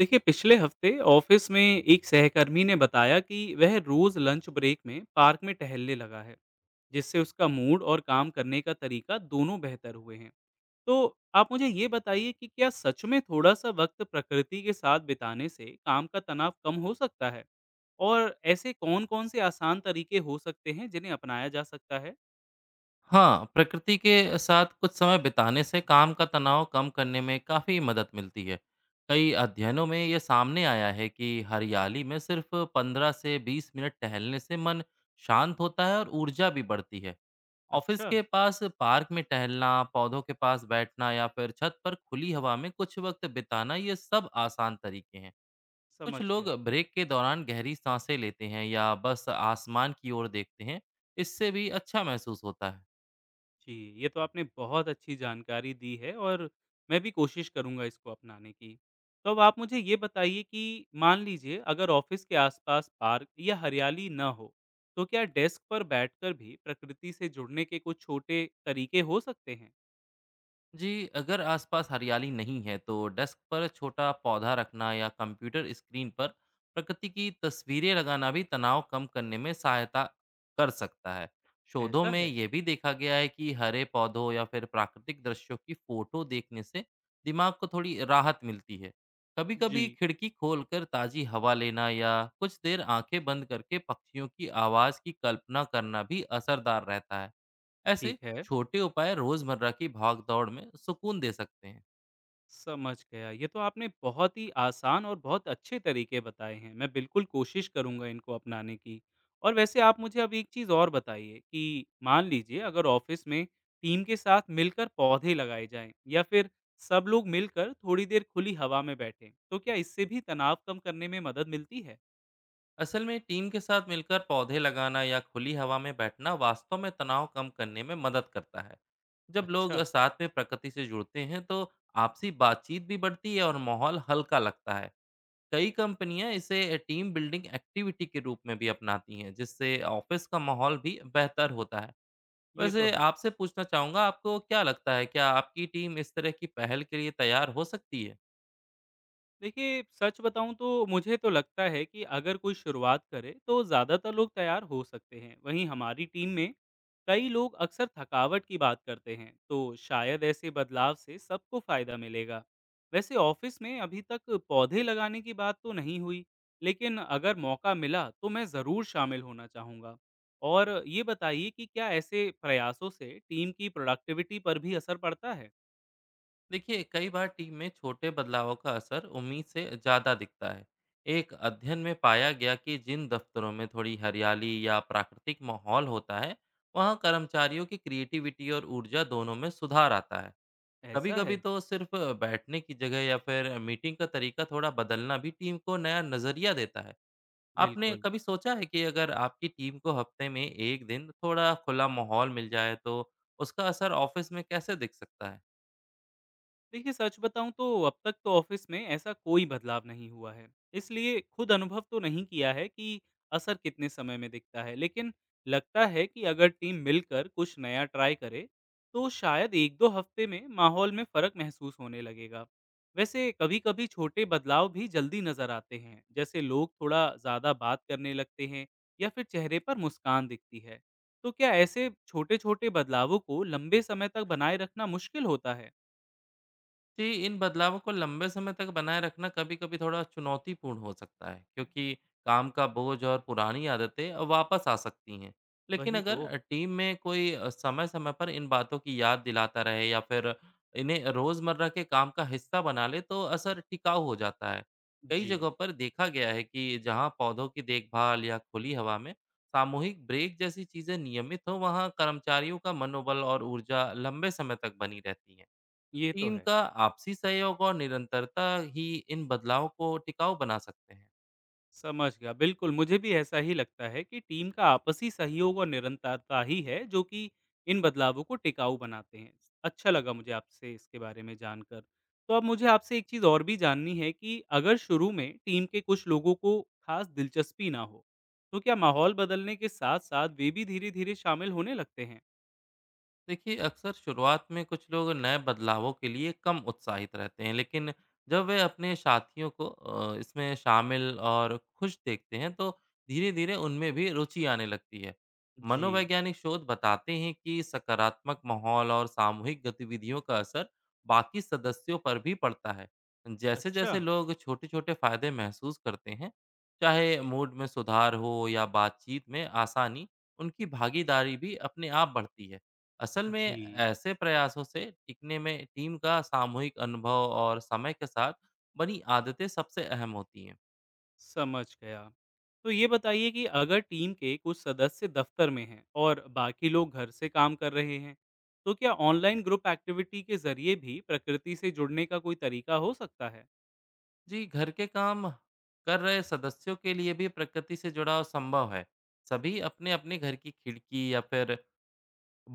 देखिए, पिछले हफ्ते ऑफिस में एक सहकर्मी ने बताया कि वह रोज लंच ब्रेक में पार्क में टहलने लगा है, जिससे उसका मूड और काम करने का तरीका दोनों बेहतर हुए हैं। तो आप मुझे ये बताइए कि क्या सच में थोड़ा सा वक्त प्रकृति के साथ बिताने से काम का तनाव कम हो सकता है, और ऐसे कौन-कौन से आसान तरीके हो सकते हैं जिन्हें अपनाया जा सकता है। हाँ, प्रकृति के साथ कुछ समय बिताने से काम का तनाव कम करने में काफ़ी मदद मिलती है। कई अध्ययनों में ये सामने आया है कि हरियाली में सिर्फ 15 से 20 मिनट टहलने से मन शांत होता है और ऊर्जा भी बढ़ती है। ऑफिस अच्छा। के पास पार्क में टहलना, पौधों के पास बैठना या फिर छत पर खुली हवा में कुछ वक्त बिताना ये सब आसान तरीके हैं। कुछ समझ लोग गया। ब्रेक के दौरान गहरी सांसें लेते हैं या बस आसमान की ओर देखते हैं। इससे भी अच्छा महसूस होता है। जी, ये तो आपने बहुत अच्छी जानकारी दी है और मैं भी कोशिश करूँगा इसको अपनाने की। तो अब आप मुझे ये बताइए कि मान लीजिए अगर ऑफ़िस के आसपास पार्क या हरियाली ना हो, तो क्या डेस्क पर बैठकर भी प्रकृति से जुड़ने के कुछ छोटे तरीके हो सकते हैं? जी, अगर आसपास हरियाली नहीं है तो डेस्क पर छोटा पौधा रखना या कंप्यूटर स्क्रीन पर प्रकृति की तस्वीरें लगाना भी तनाव कम करने में सहायता कर सकता है। शोधों ऐसा में है? ये भी देखा गया है कि हरे पौधों या फिर प्राकृतिक दृश्यों की फोटो देखने से दिमाग को थोड़ी राहत मिलती है। कभी-कभी जी, खिड़की खोलकर ताजी हवा लेना या कुछ देर आंखें बंद करके पक्षियों की आवाज़ की कल्पना करना भी असरदार रहता है। ऐसे ठीक है। छोटे उपाय रोजमर्रा की भागदौड़ में सुकून दे सकते हैं। समझ गया। ये तो आपने बहुत ही आसान और बहुत अच्छे तरीके बताए हैं। मैं बिल्कुल कोशिश करूँगा इनको अपनाने की। और वैसे आप मुझे अब एक चीज़ और बताइए कि मान लीजिए अगर ऑफ़िस में टीम के साथ मिलकर पौधे लगाए जाएँ या फिर सब लोग मिलकर थोड़ी देर खुली हवा में बैठें, तो क्या इससे भी तनाव कम करने में मदद मिलती है? असल में टीम के साथ मिलकर पौधे लगाना या खुली हवा में बैठना वास्तव में तनाव कम करने में मदद करता है। जब लोग अच्छा। साथ में प्रकृति से जुड़ते हैं तो आपसी बातचीत भी बढ़ती है और माहौल हल्का लगता है। कई कंपनियां इसे टीम बिल्डिंग एक्टिविटी के रूप में भी अपनाती हैं, जिससे ऑफिस का माहौल भी बेहतर होता है। ये तो वैसे है। आपसे पूछना चाहूंगा, आपको क्या लगता है, क्या आपकी टीम इस तरह की पहल के लिए तैयार हो सकती है? देखिए, सच बताऊं तो मुझे तो लगता है कि अगर कोई शुरुआत करे तो ज़्यादातर लोग तैयार हो सकते हैं। वहीं हमारी टीम में कई लोग अक्सर थकावट की बात करते हैं, तो शायद ऐसे बदलाव से सबको फायदा मिलेगा। वैसे ऑफिस में अभी तक पौधे लगाने की बात तो नहीं हुई, लेकिन अगर मौका मिला तो मैं ज़रूर शामिल होना चाहूँगा। और ये बताइए कि क्या ऐसे प्रयासों से टीम की प्रोडक्टिविटी पर भी असर पड़ता है? देखिए, कई बार टीम में छोटे बदलावों का असर उम्मीद से ज़्यादा दिखता है। एक अध्ययन में पाया गया कि जिन दफ्तरों में थोड़ी हरियाली या प्राकृतिक माहौल होता है, वहाँ कर्मचारियों की क्रिएटिविटी और ऊर्जा दोनों में सुधार आता है। कभी ऐसा कभी है। तो सिर्फ बैठने की जगह या फिर मीटिंग का तरीका थोड़ा बदलना भी टीम को नया नज़रिया देता है। आपने बिल्कुल। कभी सोचा है कि अगर आपकी टीम को हफ्ते में एक दिन थोड़ा खुला माहौल मिल जाए, तो उसका असर ऑफिस में कैसे दिख सकता है? देखिए, सच बताऊं तो अब तक तो ऑफिस में ऐसा कोई बदलाव नहीं हुआ है, इसलिए खुद अनुभव तो नहीं किया है कि असर कितने समय में दिखता है। लेकिन लगता है कि अगर टीम मिलकर कुछ नया ट्राई करे तो शायद एक दो हफ्ते में माहौल में फर्क महसूस होने लगेगा। वैसे कभी कभी छोटे बदलाव भी जल्दी नजर आते हैं, जैसे लोग थोड़ा ज्यादा बात करने लगते हैं या फिर चेहरे पर मुस्कान दिखती है। तो क्या ऐसे छोटे छोटे बदलावों को लंबे समय तक बनाए रखना मुश्किल होता है? जी, इन बदलावों को लंबे समय तक बनाए रखना कभी-कभी थोड़ा चुनौतीपूर्ण हो सकता है, क्योंकि काम का बोझ और पुरानी आदतें अब वापस आ सकती हैं। लेकिन वही तो। अगर टीम में कोई समय-समय पर इन बातों की याद दिलाता रहे या फिर इन्हें रोज़मर्रा के काम का हिस्सा बना ले, तो असर टिकाऊ हो जाता है। कई जी, जगहों पर देखा गया है कि जहां पौधों की देखभाल या खुली हवा में सामूहिक ब्रेक जैसी चीज़ें नियमित हों, वहां कर्मचारियों का मनोबल और ऊर्जा लंबे समय तक बनी रहती है। ये तो टीम है। का आपसी सहयोग और निरंतरता ही इन बदलावों को टिकाऊ बना सकते हैं। समझ गया, बिल्कुल मुझे भी ऐसा ही लगता है कि टीम का आपसी सहयोग और निरंतरता ही है जो कि इन बदलावों को टिकाऊ बनाते हैं। अच्छा लगा मुझे आपसे इसके बारे में जानकर। तो अब मुझे आपसे एक चीज़ और भी जाननी है कि अगर शुरू में टीम के कुछ लोगों को खास दिलचस्पी ना हो, तो क्या माहौल बदलने के साथ-साथ वे भी धीरे-धीरे शामिल होने लगते हैं? देखिए, अक्सर शुरुआत में कुछ लोग नए बदलावों के लिए कम उत्साहित रहते हैं, लेकिन जब वे अपने साथियों को इसमें शामिल और खुश देखते हैं, तो धीरे धीरे उनमें भी रुचि आने लगती है। जी। मनोवैज्ञानिक शोध बताते हैं कि सकारात्मक माहौल और सामूहिक गतिविधियों का असर बाकी सदस्यों पर भी पड़ता है। जैसे अच्छा। जैसे लोग छोटे छोटे फायदे महसूस करते हैं, चाहे मूड में सुधार हो या बातचीत में आसानी, उनकी भागीदारी भी अपने आप बढ़ती है। असल में जी। ऐसे प्रयासों से टिकने में टीम का सामूहिक अनुभव और समय के साथ बनी आदतें सबसे अहम होती हैं। समझ गया। तो ये बताइए कि अगर टीम के कुछ सदस्य दफ्तर में हैं और बाकी लोग घर से काम कर रहे हैं, तो क्या ऑनलाइन ग्रुप एक्टिविटी के ज़रिए भी प्रकृति से जुड़ने का कोई तरीका हो सकता है? जी, घर के काम कर रहे सदस्यों के लिए भी प्रकृति से जुड़ाव संभव है। सभी अपने अपने घर की खिड़की या फिर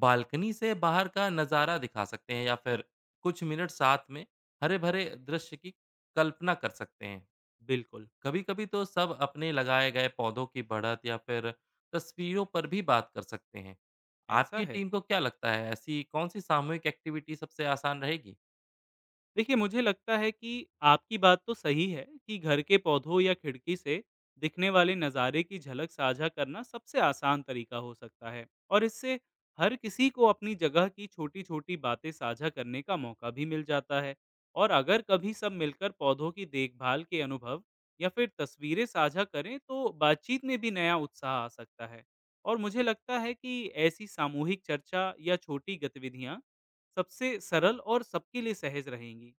बालकनी से बाहर का नज़ारा दिखा सकते हैं, या फिर कुछ मिनट साथ में हरे भरे दृश्य की कल्पना कर सकते हैं। बिल्कुल। कभी-कभी तो सब अपने लगाए गए पौधों की बढ़त या फिर तस्वीरों पर भी बात कर सकते हैं। ऐसा आपकी है। टीम को क्या लगता है, ऐसी कौन-सी सामूहिक एक्टिविटी सबसे आसान रहेगी? देखिए, मुझे लगता है कि आपकी बात तो सही है कि घर के पौधों या खिड़की से दिखने वाले नज़ारे की झलक साझा करना सबसे आसान तरीका हो सकता है। और इससे हर किसी को अपनी जगह की छोटी छोटी बातें साझा करने का मौका भी मिल जाता है। और अगर कभी सब मिलकर पौधों की देखभाल के अनुभव या फिर तस्वीरें साझा करें तो बातचीत में भी नया उत्साह आ सकता है। और मुझे लगता है कि ऐसी सामूहिक चर्चा या छोटी गतिविधियां सबसे सरल और सबके लिए सहज रहेंगी।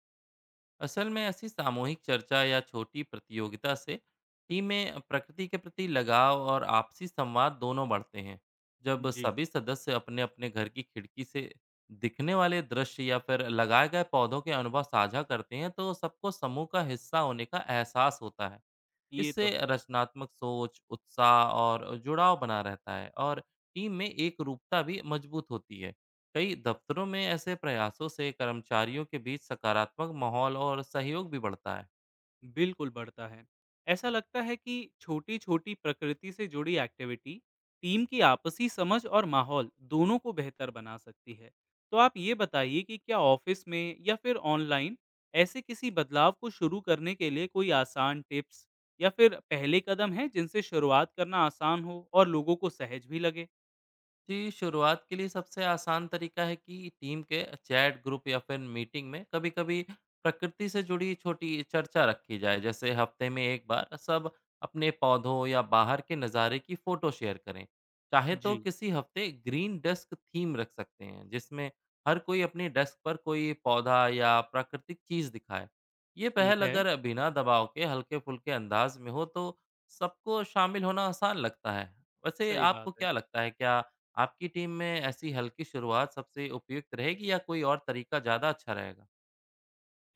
असल में ऐसी सामूहिक चर्चा या छोटी प्रतियोगिता से टीम में प्रकृति के प्रति लगाव और आपसी संवाद दोनों बढ़ते हैं। जब जी, सभी सदस्य अपने-अपने घर की खिड़की से दिखने वाले दृश्य या फिर लगाए गए पौधों के अनुभव साझा करते हैं, तो सबको समूह का हिस्सा होने का एहसास होता है। ये इससे तो है। रचनात्मक सोच, उत्साह और जुड़ाव बना रहता है और टीम में एक रूपता भी मजबूत होती है। कई दफ्तरों में ऐसे प्रयासों से कर्मचारियों के बीच सकारात्मक माहौल और सहयोग भी बढ़ता है। बिल्कुल बढ़ता है। ऐसा लगता है कि छोटी-छोटी प्रकृति से जुड़ी एक्टिविटी टीम की आपसी समझ और माहौल दोनों को बेहतर बना सकती है। तो आप ये बताइए कि क्या ऑफ़िस में या फिर ऑनलाइन ऐसे किसी बदलाव को शुरू करने के लिए कोई आसान टिप्स या फिर पहले कदम हैं जिनसे शुरुआत करना आसान हो और लोगों को सहज भी लगे? जी, शुरुआत के लिए सबसे आसान तरीका है कि टीम के चैट ग्रुप या फिर मीटिंग में कभी कभी प्रकृति से जुड़ी छोटी चर्चा रखी जाए, जैसे हफ्ते में एक बार सब अपने पौधों या बाहर के नज़ारे की फ़ोटो शेयर करें। चाहे तो जी, किसी हफ्ते ग्रीन डेस्क थीम रख सकते हैं, जिसमें हर कोई अपने डेस्क पर कोई पौधा या प्राकृतिक चीज़ दिखाए। ये ठीक पहल है। अगर बिना दबाव के हल्के फुल्के अंदाज में हो, तो सबको शामिल होना आसान लगता है। वैसे सही बात आपको है। क्या लगता है, क्या आपकी टीम में ऐसी हल्की शुरुआत सबसे उपयुक्त रहेगी या कोई और तरीका ज़्यादा अच्छा रहेगा?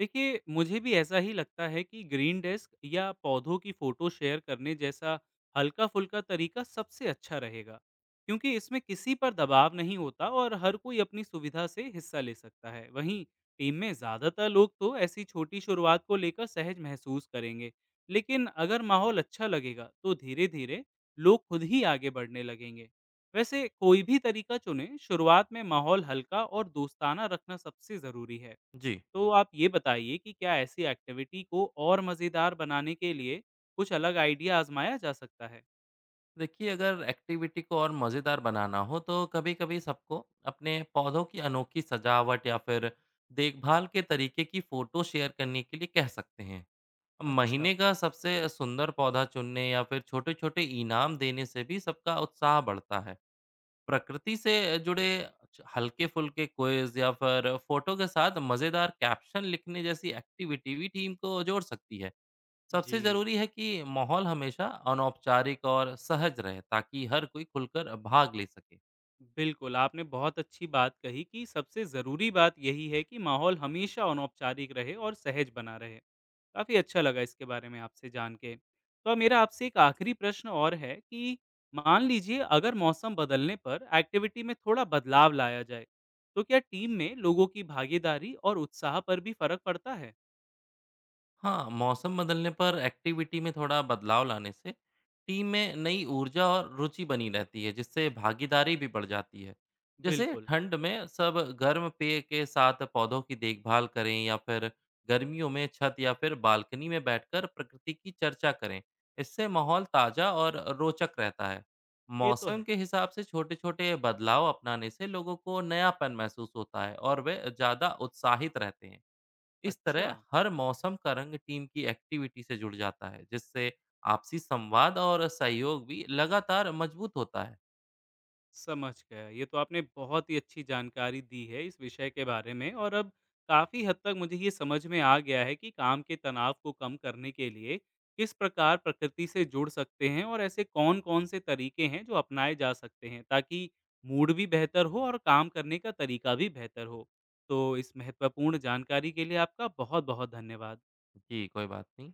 देखिए, मुझे भी ऐसा ही लगता है कि ग्रीन डेस्क या पौधों की फोटो शेयर करने जैसा हल्का-फुल्का तरीका सबसे अच्छा रहेगा, क्योंकि इसमें किसी पर दबाव नहीं होता और हर कोई अपनी सुविधा से हिस्सा ले सकता है। वहीं टीम में ज़्यादातर लोग तो ऐसी छोटी शुरुआत को लेकर सहज महसूस करेंगे, लेकिन अगर माहौल अच्छा लगेगा, तो धीरे-धीरे लोग खुद ही आगे बढ़ने लगेंगे। वैसे कोई भी तरीका चुनें, शुरुआत में माहौल हल्का और दोस्ताना रखना सबसे ज़रूरी है। जी। तो आप ये बताइए कि क्या ऐसी एक्टिविटी को और मज़ेदार बनाने के लिए कुछ अलग आइडिया आज़माया जा सकता है? देखिए, अगर एक्टिविटी को और मज़ेदार बनाना हो तो कभी-कभी सबको अपने पौधों की अनोखी सजावट या फिर देखभाल के तरीके की फ़ोटो शेयर करने के लिए कह सकते हैं। अच्छा। महीने का सबसे सुंदर पौधा चुनने या फिर छोटे-छोटे इनाम देने से भी सबका उत्साह बढ़ता है। प्रकृति से जुड़े हल्के-फुल्के क्विज़ या फिर फ़ोटो के साथ मज़ेदार कैप्शन लिखने जैसी एक्टिविटी भी टीम को जोड़ सकती है। सबसे जी। ज़रूरी है कि माहौल हमेशा अनौपचारिक और सहज रहे, ताकि हर कोई खुलकर भाग ले सके। बिल्कुल, आपने बहुत अच्छी बात कही कि सबसे ज़रूरी बात यही है कि माहौल हमेशा अनौपचारिक रहे और सहज बना रहे। काफ़ी अच्छा लगा इसके बारे में आपसे जान के। तो अब मेरा आपसे एक आखिरी प्रश्न और है कि मान लीजिए अगर मौसम बदलने पर एक्टिविटी में थोड़ा बदलाव लाया जाए, तो क्या टीम में लोगों की भागीदारी और उत्साह पर भी फ़र्क पड़ता है? हाँ, मौसम बदलने पर एक्टिविटी में थोड़ा बदलाव लाने से टीम में नई ऊर्जा और रुचि बनी रहती है, जिससे भागीदारी भी बढ़ जाती है। जैसे बिल्कुल। ठंड में सब गर्म पेय के साथ पौधों की देखभाल करें या फिर गर्मियों में छत या फिर बालकनी में बैठकर प्रकृति की चर्चा करें। इससे माहौल ताज़ा और रोचक रहता है। ये तो मौसम है। के हिसाब से छोटे-छोटे बदलाव अपनाने से लोगों को नयापन महसूस होता है और वे ज़्यादा उत्साहित रहते हैं। इस अच्छा, तरह हर मौसम का रंग टीम की एक्टिविटी से जुड़ जाता है, जिससे आपसी संवाद और सहयोग भी लगातार मजबूत होता है। समझ गया। ये तो आपने बहुत ही अच्छी जानकारी दी है इस विषय के बारे में और अब काफ़ी हद तक मुझे ये समझ में आ गया है कि काम के तनाव को कम करने के लिए किस प्रकार प्रकृति से जुड़ सकते हैं और ऐसे कौन-कौन से तरीके हैं जो अपनाए जा सकते हैं ताकि मूड भी बेहतर हो और काम करने का तरीका भी बेहतर हो। तो इस महत्वपूर्ण जानकारी के लिए आपका बहुत-बहुत धन्यवाद। जी, कोई बात नहीं।